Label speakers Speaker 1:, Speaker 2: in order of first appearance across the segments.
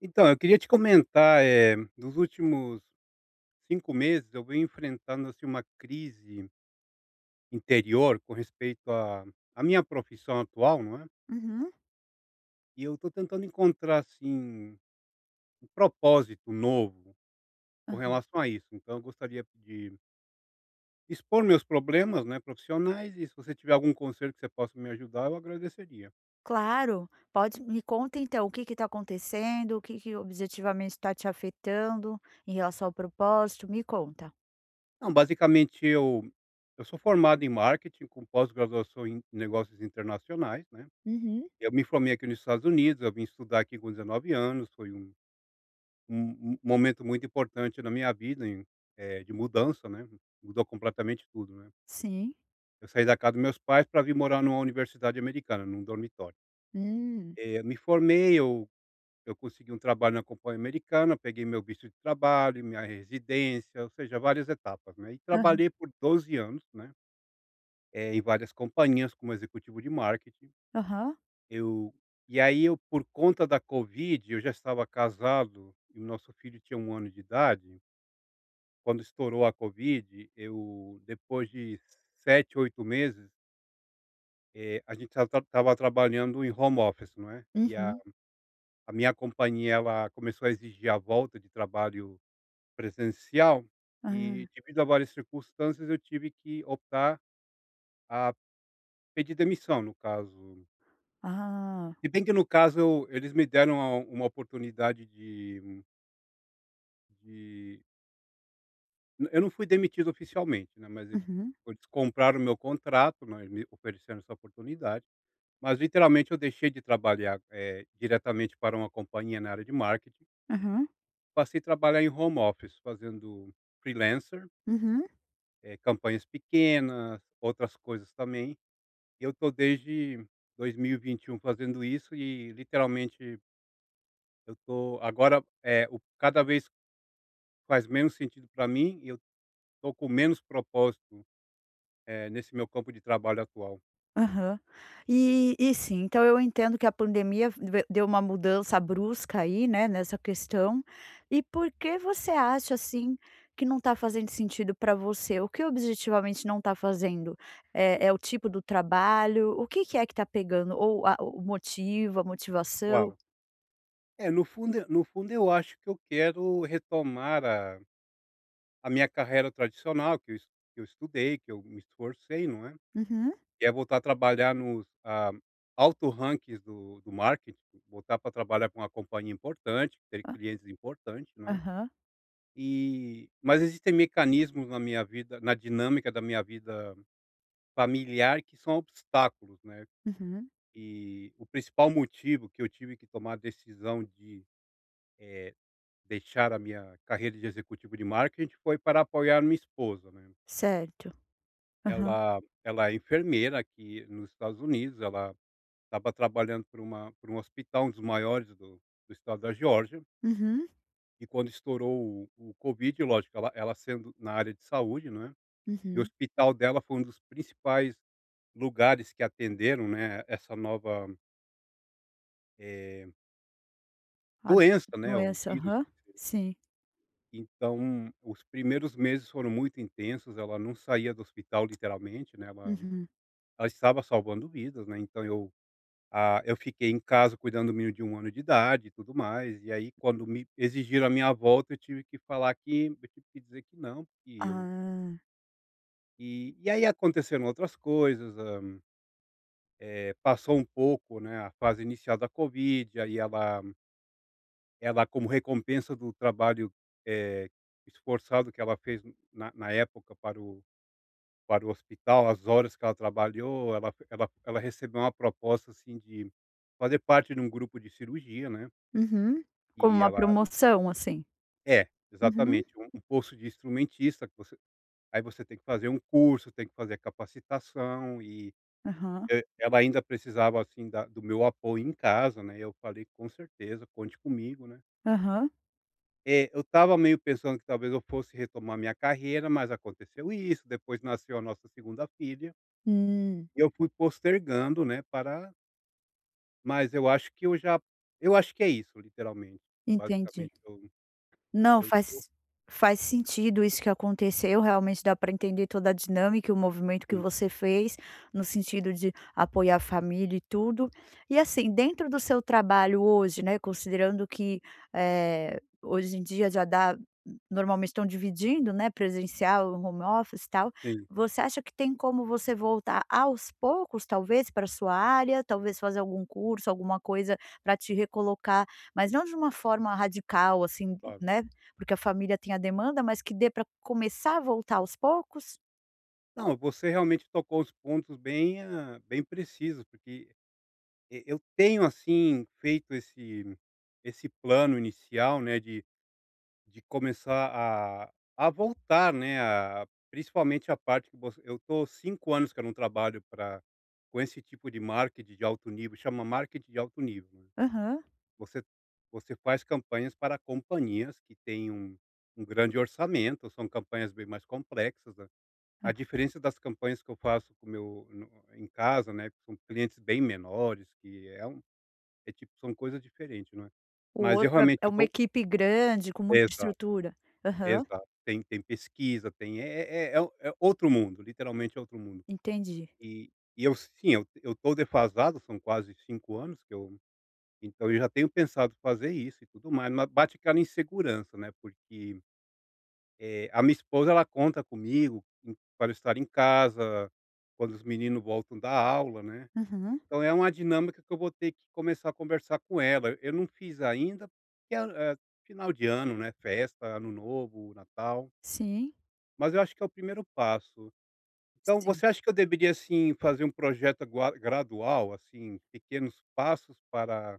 Speaker 1: Então, eu queria te comentar, nos últimos 5 meses eu venho enfrentando, assim, uma crise interior com respeito à minha profissão atual, não é,
Speaker 2: Uhum,
Speaker 1: e eu estou tentando encontrar, assim, um propósito novo com
Speaker 2: aham.
Speaker 1: relação a isso. Então eu gostaria de expor meus problemas, né, profissionais e se você tiver algum conselho que você possa me ajudar, eu agradeceria.
Speaker 2: Claro, pode me conta então o que que tá acontecendo, o que que objetivamente está te afetando em relação ao propósito, me conta.
Speaker 1: Não, basicamente eu sou formado em marketing com pós-graduação em negócios internacionais, né.
Speaker 2: Uhum,
Speaker 1: Eu me formei aqui nos Estados Unidos, eu vim estudar aqui com 19 anos, foi um momento muito importante na minha vida de mudança, né, mudou completamente tudo, né.
Speaker 2: sim.
Speaker 1: Eu saí da casa dos meus pais para vir morar numa universidade americana, num dormitório.
Speaker 2: Hum.
Speaker 1: Eu me formei, eu consegui um trabalho na companhia americana, peguei meu visto de trabalho, minha residência, ou seja, várias etapas, né, e
Speaker 2: Aham,
Speaker 1: trabalhei por 12 anos, né, em várias companhias como executivo de marketing.
Speaker 2: aham.
Speaker 1: Eu e aí eu, por conta da covid, eu já estava casado e o nosso filho tinha um ano de idade. Quando estourou a covid, eu depois de 7 8 meses, a gente estava trabalhando em home office, não é. E a
Speaker 2: Uhum.
Speaker 1: a minha companhia, ela começou a exigir a volta de trabalho presencial
Speaker 2: Ah,
Speaker 1: e, devido a várias circunstâncias, eu tive que optar a pedir demissão, no caso.
Speaker 2: ah,
Speaker 1: Se bem que, no caso, eu eles me deram a uma oportunidade de eu não fui demitido oficialmente, né, mas eles
Speaker 2: uhum,
Speaker 1: eles compraram o meu contrato, né. Eles me oferecendo essa oportunidade, mas literalmente eu deixei de trabalhar, diretamente para uma companhia na área de marketing,
Speaker 2: uhum,
Speaker 1: passei a trabalhar em home office fazendo freelancer,
Speaker 2: uhum.
Speaker 1: campanhas pequenas, outras coisas também. Eu estou desde dois mil e vinte e um fazendo isso e literalmente eu estou agora, é o cada vez faz menos sentido para mim e eu estou com menos propósito nesse meu campo de trabalho atual,
Speaker 2: Aham. E sim, então eu entendo que a pandemia ve deu uma mudança brusca aí, né, nessa questão. E por que você acha, assim, que não está fazendo sentido para você? O que objetivamente não está fazendo? É o tipo do trabalho? O que que é que está pegando? Ou a o motivo, a motivação?
Speaker 1: claro. É, no fundo eu acho que eu quero retomar a minha carreira tradicional que eu estudei, que eu me esforcei, não é.
Speaker 2: Uhum.
Speaker 1: Que é voltar a trabalhar nos, alto rankings do marketing, voltar para trabalhar com uma companhia importante, ter
Speaker 2: A
Speaker 1: clientes importantes, não é.
Speaker 2: aham.
Speaker 1: Mas existem mecanismos na dinâmica da minha vida familiar que são obstáculos, né.
Speaker 2: Uhum.
Speaker 1: E o principal motivo que eu tive que tomar a decisão de eh, deixar a minha carreira de executivo de marketing foi para apoiar minha esposa, né.
Speaker 2: Certo. Aham.
Speaker 1: Ela é enfermeira aqui nos Estados Unidos, ela estava trabalhando para uma para um hospital, um dos maiores do estado da Geórgia,
Speaker 2: Uhum.
Speaker 1: e quando estourou o covid, lógico, ela sendo na área de saúde, né, e o
Speaker 2: Uhum.
Speaker 1: hospital dela foi um dos principais lugares que atenderam, né, essa nova, eh,
Speaker 2: A
Speaker 1: doença, né, o
Speaker 2: doença.
Speaker 1: vírus.
Speaker 2: Aham. Sim.
Speaker 1: Então, os primeiros meses foram muito intensos, ela não saía do hospital literalmente, né, ela
Speaker 2: Uhum.
Speaker 1: ela estava salvando vidas, né, então eu, eu fiquei em casa cuidando do menino de um ano de idade e tudo mais, e aí quando me exigiram a minha volta eu tive que falar que eu tive que dizer que não, porque eu
Speaker 2: Ah.
Speaker 1: e aí aconteceram outras coisas, passou um pouco, né, a fase inicial da covid, aí ela como recompensa do trabalho, eh, esforçado que ela fez na época para o para o hospital, as horas que ela trabalhou, ela recebeu uma proposta, assim, de fazer parte de um grupo de cirurgia, né,
Speaker 2: Uhum. Como
Speaker 1: e
Speaker 2: uma
Speaker 1: ela
Speaker 2: promoção, assim?
Speaker 1: é,
Speaker 2: Uhum.
Speaker 1: exatamente, um posto de instrumentista que você aí você tem que fazer um curso, tem que fazer capacitação e,
Speaker 2: Aham,
Speaker 1: ela ainda precisava, assim, da do meu apoio em casa, né, eu falei: "Com certeza, conte comigo", né.
Speaker 2: aham.
Speaker 1: Eu estava meio pensando que talvez eu fosse retomar minha carreira, mas aconteceu isso, depois nasceu a nossa segunda filha,
Speaker 2: Hum,
Speaker 1: e eu fui postergando, né, para Mas eu acho que eu já eu acho que é isso, literalmente.
Speaker 2: entendi.
Speaker 1: Basicamente,
Speaker 2: Não,
Speaker 1: eu tô
Speaker 2: faz sentido isso que aconteceu, realmente dá para entender toda a dinâmica e o movimento que
Speaker 1: sim,
Speaker 2: você fez, no sentido de apoiar a família e tudo. E assim, dentro do seu trabalho hoje, né, considerando que, hoje em dia já dá normalmente estão dividindo, né, presencial, home office, e tal.
Speaker 1: sim,
Speaker 2: Você acha que tem como você voltar aos poucos, talvez, para sua área, talvez fazer algum curso, alguma coisa para te recolocar, mas não de uma forma radical, assim,
Speaker 1: claro.
Speaker 2: né, porque a família tem a demanda, mas que dê para começar a voltar aos poucos?
Speaker 1: Não, você realmente tocou os pontos bem, bem precisos, porque eu tenho, assim, feito esse plano inicial, né, de começar a a voltar, né, a principalmente a parte que você eu tô 5 anos que eu não trabalho pra com esse tipo de marketing de alto nível, chama marketing de alto nível, né.
Speaker 2: Aham.
Speaker 1: Você você faz campanhas para companhias que têm um grande orçamento, são campanhas bem mais complexas, né. A diferença das campanhas que eu faço com o meu no em casa, né, que são clientes bem menores, que é um é tipo são coisas diferentes, não é.
Speaker 2: O
Speaker 1: Mas eu
Speaker 2: outro é
Speaker 1: realmente
Speaker 2: é
Speaker 1: eu
Speaker 2: uma
Speaker 1: tô
Speaker 2: equipe grande, com
Speaker 1: é,
Speaker 2: muita
Speaker 1: exato,
Speaker 2: estrutura.
Speaker 1: é,
Speaker 2: Aham,
Speaker 1: exato. Tem pesquisa, tem é é é é é outro mundo, literalmente é outro mundo.
Speaker 2: entendi.
Speaker 1: E e eu sim, eu tô defasado, são quase 5 anos que eu Então eu já tenho pensado fazer isso e tudo mais, mas bate aquela insegurança, né, porque, a minha esposa ela conta comigo para eu estar em casa, quando os meninos voltam da aula, né.
Speaker 2: Uhum.
Speaker 1: Então é uma dinâmica que eu vou ter que começar a conversar com ela. Eu não fiz ainda, porque é final de ano, né, festa, ano novo, Natal,
Speaker 2: Sim,
Speaker 1: mas eu acho que é o primeiro passo. Então
Speaker 2: sim.
Speaker 1: você acha que eu deveria, assim, fazer um projeto agua gradual, assim, pequenos passos para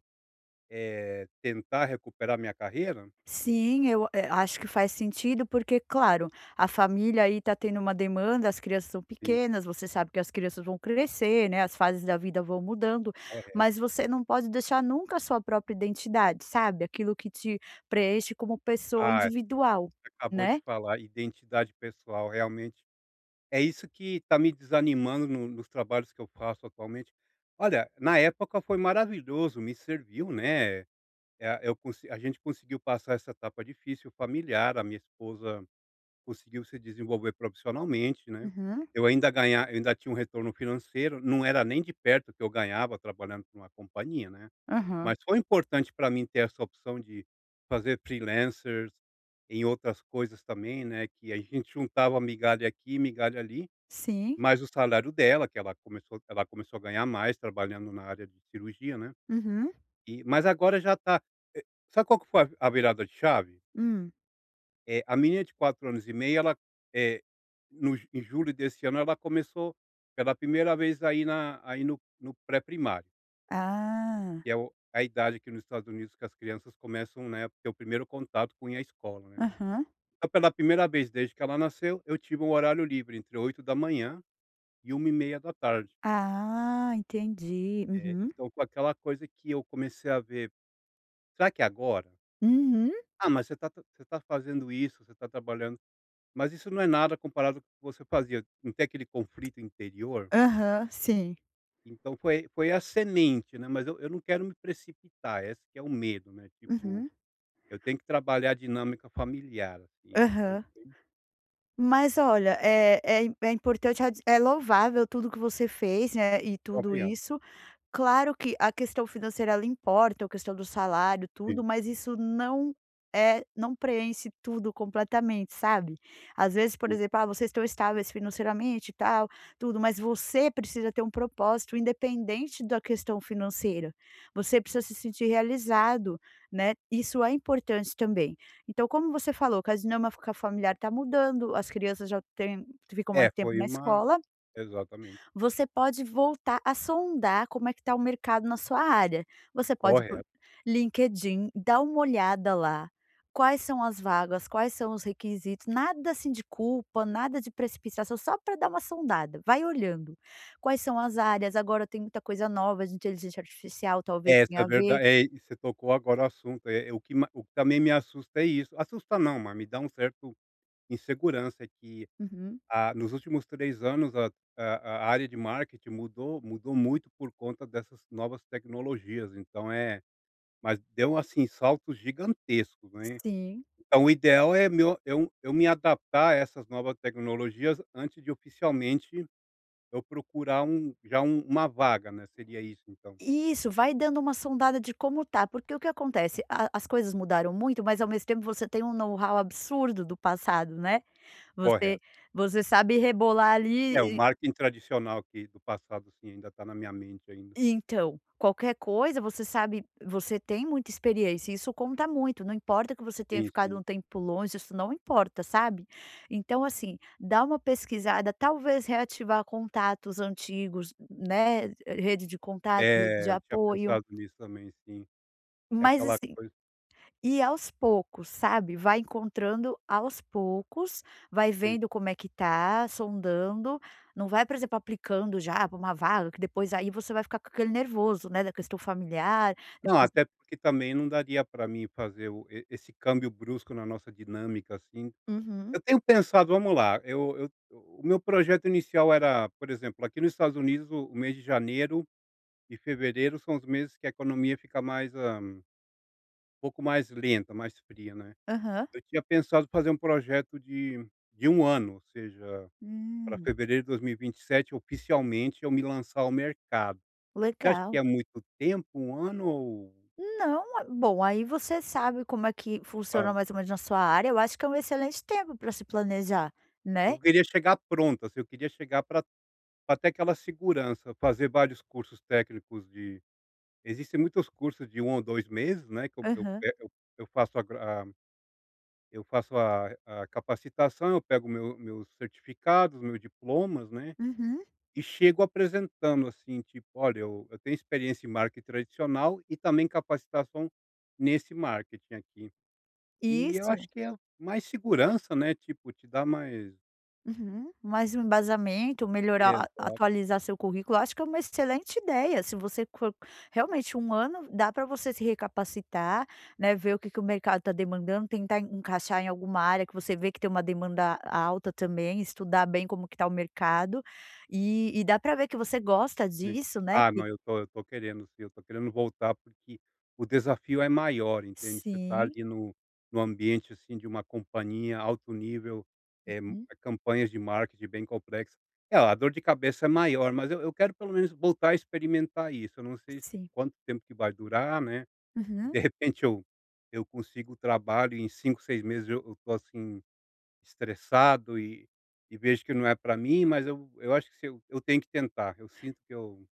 Speaker 1: Tentar recuperar minha carreira?
Speaker 2: Sim, eu, acho que faz sentido, porque, claro, a família aí está tendo uma demanda, as crianças são
Speaker 1: Sim,
Speaker 2: pequenas, você sabe que as crianças vão crescer, né, as fases da vida vão mudando,
Speaker 1: correto.
Speaker 2: mas você não pode deixar nunca a sua própria identidade, sabe, aquilo que te preenche como pessoa
Speaker 1: Ah,
Speaker 2: individual,
Speaker 1: você acabou de
Speaker 2: né?
Speaker 1: falar, identidade pessoal, realmente. É isso que está me desanimando no nos trabalhos que eu faço atualmente. Olha, na época foi maravilhoso, me serviu, né, eh, eu consi a gente conseguiu passar essa etapa difícil familiar, a minha esposa conseguiu se desenvolver profissionalmente, né.
Speaker 2: Uhum.
Speaker 1: Eu ainda tinha um retorno financeiro, não era nem de perto o que eu ganhava trabalhando para uma companhia, né.
Speaker 2: Aham.
Speaker 1: Mas foi importante para mim ter essa opção de fazer freelancers em outras coisas também, né, que a gente juntava migalha aqui, migalha ali,
Speaker 2: Sim.
Speaker 1: mas o salário dela, que ela começou a ganhar mais trabalhando na área de cirurgia, né.
Speaker 2: Uhum.
Speaker 1: Mas agora já tá eh, sabe qual que foi a virada de chave?
Speaker 2: Hum.
Speaker 1: A menina de 4 anos e meio ela, eh, no ju- em julho desse ano ela começou pela primeira vez aí na aí no no pré-primário.
Speaker 2: Ah.
Speaker 1: Que é o a idade aqui nos Estados Unidos que as crianças começam, né, a ter o primeiro contato com ir à escola, né.
Speaker 2: Aham.
Speaker 1: Então pela primeira vez desde que ela nasceu, eu tive um horário livre entre 8 da manhã e 13h.
Speaker 2: Ah, entendi. Uhum.
Speaker 1: Então com aquela coisa que eu comecei a ver: "Será que é agora?
Speaker 2: Uhum.
Speaker 1: Ah, mas você tá ta você tá fazendo isso, você tá trabalhando, mas isso não é nada comparado com o que você fazia". Não tem aquele conflito interior?
Speaker 2: Aham, sim.
Speaker 1: Então foi a semente, né, mas eu não quero me precipitar, esse que é o medo, né, tipo
Speaker 2: Uhum.
Speaker 1: Eu tenho que trabalhar a dinâmica familiar, assim, é uma coisa
Speaker 2: Aham.
Speaker 1: bem
Speaker 2: Mas olha, é importante, é louvável tudo que você fez, né, e tudo
Speaker 1: obrigado.
Speaker 2: isso. Claro que a questão financeira ela importa, a questão do salário, tudo,
Speaker 1: Sim,
Speaker 2: mas isso não é, não preenche tudo completamente, sabe. Às vezes, por
Speaker 1: sim.
Speaker 2: exemplo: "Ah, vocês estão estáveis financeiramente e tal, tudo", mas você precisa ter um propósito independente da questão financeira. Você precisa se sentir realizado, né, isso é importante também. Então, como você falou que a dinâmica familiar tá mudando, as crianças já têm ficam
Speaker 1: É,
Speaker 2: mais tempo
Speaker 1: foi
Speaker 2: na
Speaker 1: uma
Speaker 2: escola,
Speaker 1: exatamente,
Speaker 2: você pode voltar a sondar como é que está o mercado na sua área. Você pode ir por
Speaker 1: correto.
Speaker 2: LinkedIn, dar uma olhada lá, quais são as vagas, quais são os requisitos, nada assim de culpa, nada de precipitação, só para dar uma sondada. Vai olhando. Quais são as áreas, agora tem muita coisa nova de inteligência artificial, talvez
Speaker 1: É, essa é
Speaker 2: tenha a ver.
Speaker 1: verda é, e você tocou agora o assunto. É o que ma o que também me assusta é isso, assusta não, mas me dá um certo insegurança é que,
Speaker 2: Uhum.
Speaker 1: nos últimos 3 anos a a área de marketing mudou muito por conta dessas novas tecnologias, então é mas deu, assim, saltos gigantescos, né.
Speaker 2: Sim.
Speaker 1: Então, o ideal é meu eu me adaptar a essas novas tecnologias antes de oficialmente eu procurar um já um uma vaga, né, seria isso então,
Speaker 2: Isso, vai dando uma sondada de como tá, porque o que acontece? As coisas mudaram muito, mas ao mesmo tempo você tem um know-how absurdo do passado, né?
Speaker 1: correto.
Speaker 2: Você você sabe rebolar
Speaker 1: É, o
Speaker 2: ali e
Speaker 1: marketing tradicional que do passado sim, ainda está na minha mente ainda.
Speaker 2: e então, qualquer coisa você sabe, você tem muita experiência, isso conta muito, não importa que você tenha
Speaker 1: Sim,
Speaker 2: ficado
Speaker 1: sim.
Speaker 2: um tempo longe, isso não importa, sabe. Então assim, dá uma pesquisada, talvez reativar contatos antigos, né, rede de contato, rede
Speaker 1: É,
Speaker 2: de
Speaker 1: eu tinha
Speaker 2: apoio,
Speaker 1: pensado nisso também, sim. É
Speaker 2: mas
Speaker 1: aquela
Speaker 2: assim.
Speaker 1: coisa
Speaker 2: E aos poucos, sabe, vai encontrando aos poucos, vai
Speaker 1: sim.
Speaker 2: vendo como é que tá, sondando, não vai, por exemplo, aplicando já para uma vaga que depois aí você vai ficar com aquele nervoso, né, da questão familiar,
Speaker 1: Não,
Speaker 2: depois.
Speaker 1: até porque também não daria para mim fazer o e esse câmbio brusco na nossa dinâmica, assim,
Speaker 2: Uhum,
Speaker 1: eu tenho pensado, vamos lá, eu o meu projeto inicial era, por exemplo, aqui nos Estados Unidos o mês de janeiro e fevereiro são os meses que a economia fica mais, um pouco mais lenta, mais fria, né.
Speaker 2: aham.
Speaker 1: Eu tinha pensado fazer um projeto de um ano, ou seja, para
Speaker 2: Hum,
Speaker 1: fevereiro de dois mil e vinte e sete, oficialmente eu me lançar ao mercado. Você acha que é
Speaker 2: legal.
Speaker 1: muito tempo, um ano ou
Speaker 2: Não, bom, aí você sabe como é que
Speaker 1: ah,
Speaker 2: funciona mais ou menos na sua área, eu acho que é um excelente tempo para se planejar, né.
Speaker 1: eu queria chegar pronto, assim, eu queria chegar para até aquela segurança, fazer vários cursos técnicos de existem muitos cursos de um ou 2 meses, né, que
Speaker 2: Aham.
Speaker 1: eu faço a gra a eu faço a capacitação, eu pego meus certificados, meus diplomas, né,
Speaker 2: Uhum.
Speaker 1: e chego apresentando, assim, tipo: "Olha, eu tenho experiência em marketing tradicional e também capacitação nesse marketing aqui". E eu
Speaker 2: Isso.
Speaker 1: acho que é mais segurança, né, tipo, te dá mais
Speaker 2: Uhum. Mais um embasamento,
Speaker 1: é,
Speaker 2: melhorar, a atualizar seu currículo, acho que é uma excelente ideia. Se você for realmente um ano, dá para você se recapacitar, né, ver o que que o mercado está demandando, tentar encaixar em alguma área que você vê que tem uma demanda alta também, estudar bem como que está o mercado, e dá para ver que você gosta
Speaker 1: sim.
Speaker 2: disso, né,
Speaker 1: Ah,
Speaker 2: que
Speaker 1: não, eu tô querendo sim, eu tô querendo voltar, porque o desafio é maior, entende. Você tá
Speaker 2: sim,
Speaker 1: ali no ambiente, assim, de uma companhia alto nível, eh,
Speaker 2: hum,
Speaker 1: campanhas de marketing bem complexas. É, a dor de cabeça é maior, mas eu quero pelo menos voltar a experimentar isso. Eu não sei se
Speaker 2: sim.
Speaker 1: quanto tempo que vai durar, né, se
Speaker 2: Uhum.
Speaker 1: de repente eu consigo o trabalho e em 5, 6 meses eu tô, assim, estressado e vejo que não é para mim, mas eu acho que se eu eu tenho que tentar. Eu sinto que eu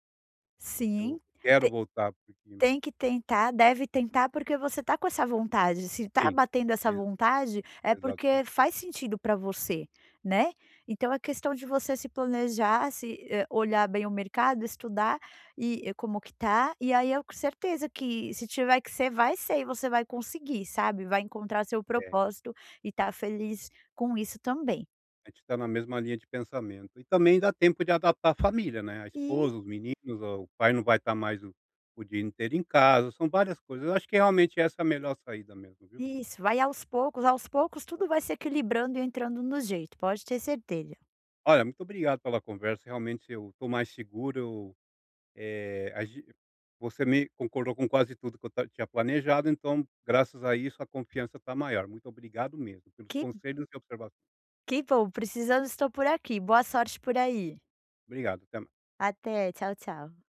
Speaker 1: eu
Speaker 2: Sim.
Speaker 1: quero voltar porque
Speaker 2: Tem que tentar, deve tentar, porque você tá com essa vontade, se tá
Speaker 1: sim,
Speaker 2: batendo essa
Speaker 1: ex
Speaker 2: vontade, é porque
Speaker 1: exatamente.
Speaker 2: faz sentido para você, né. Então é questão de você se planejar, se, olhar bem o mercado, estudar e como que tá, e aí eu com certeza que se tiver que ser, vai ser e você vai conseguir, sabe, vai encontrar seu
Speaker 1: É,
Speaker 2: propósito e tá feliz com isso também.
Speaker 1: a gente está na mesma linha de pensamento. E também dá tempo de adaptar a família, né, a
Speaker 2: E
Speaker 1: esposa, os meninos, o pai não vai estar mais o dia inteiro em casa, são várias coisas. Eu acho que realmente essa é a melhor saída mesmo, viu.
Speaker 2: isso, vai aos poucos tudo vai se equilibrando e entrando no jeito, pode ter certeza.
Speaker 1: Olha, muito obrigado pela conversa, realmente eu estou mais seguro, eu, eh, a gen você me concordou com quase tudo que eu ta tinha planejado, então graças a isso a confiança está maior. Muito obrigado mesmo pelos
Speaker 2: Que
Speaker 1: conselhos e observações.
Speaker 2: Que bom, precisando estou por aqui. Boa sorte por aí.
Speaker 1: Obrigado, até
Speaker 2: Até, tchau, tchau.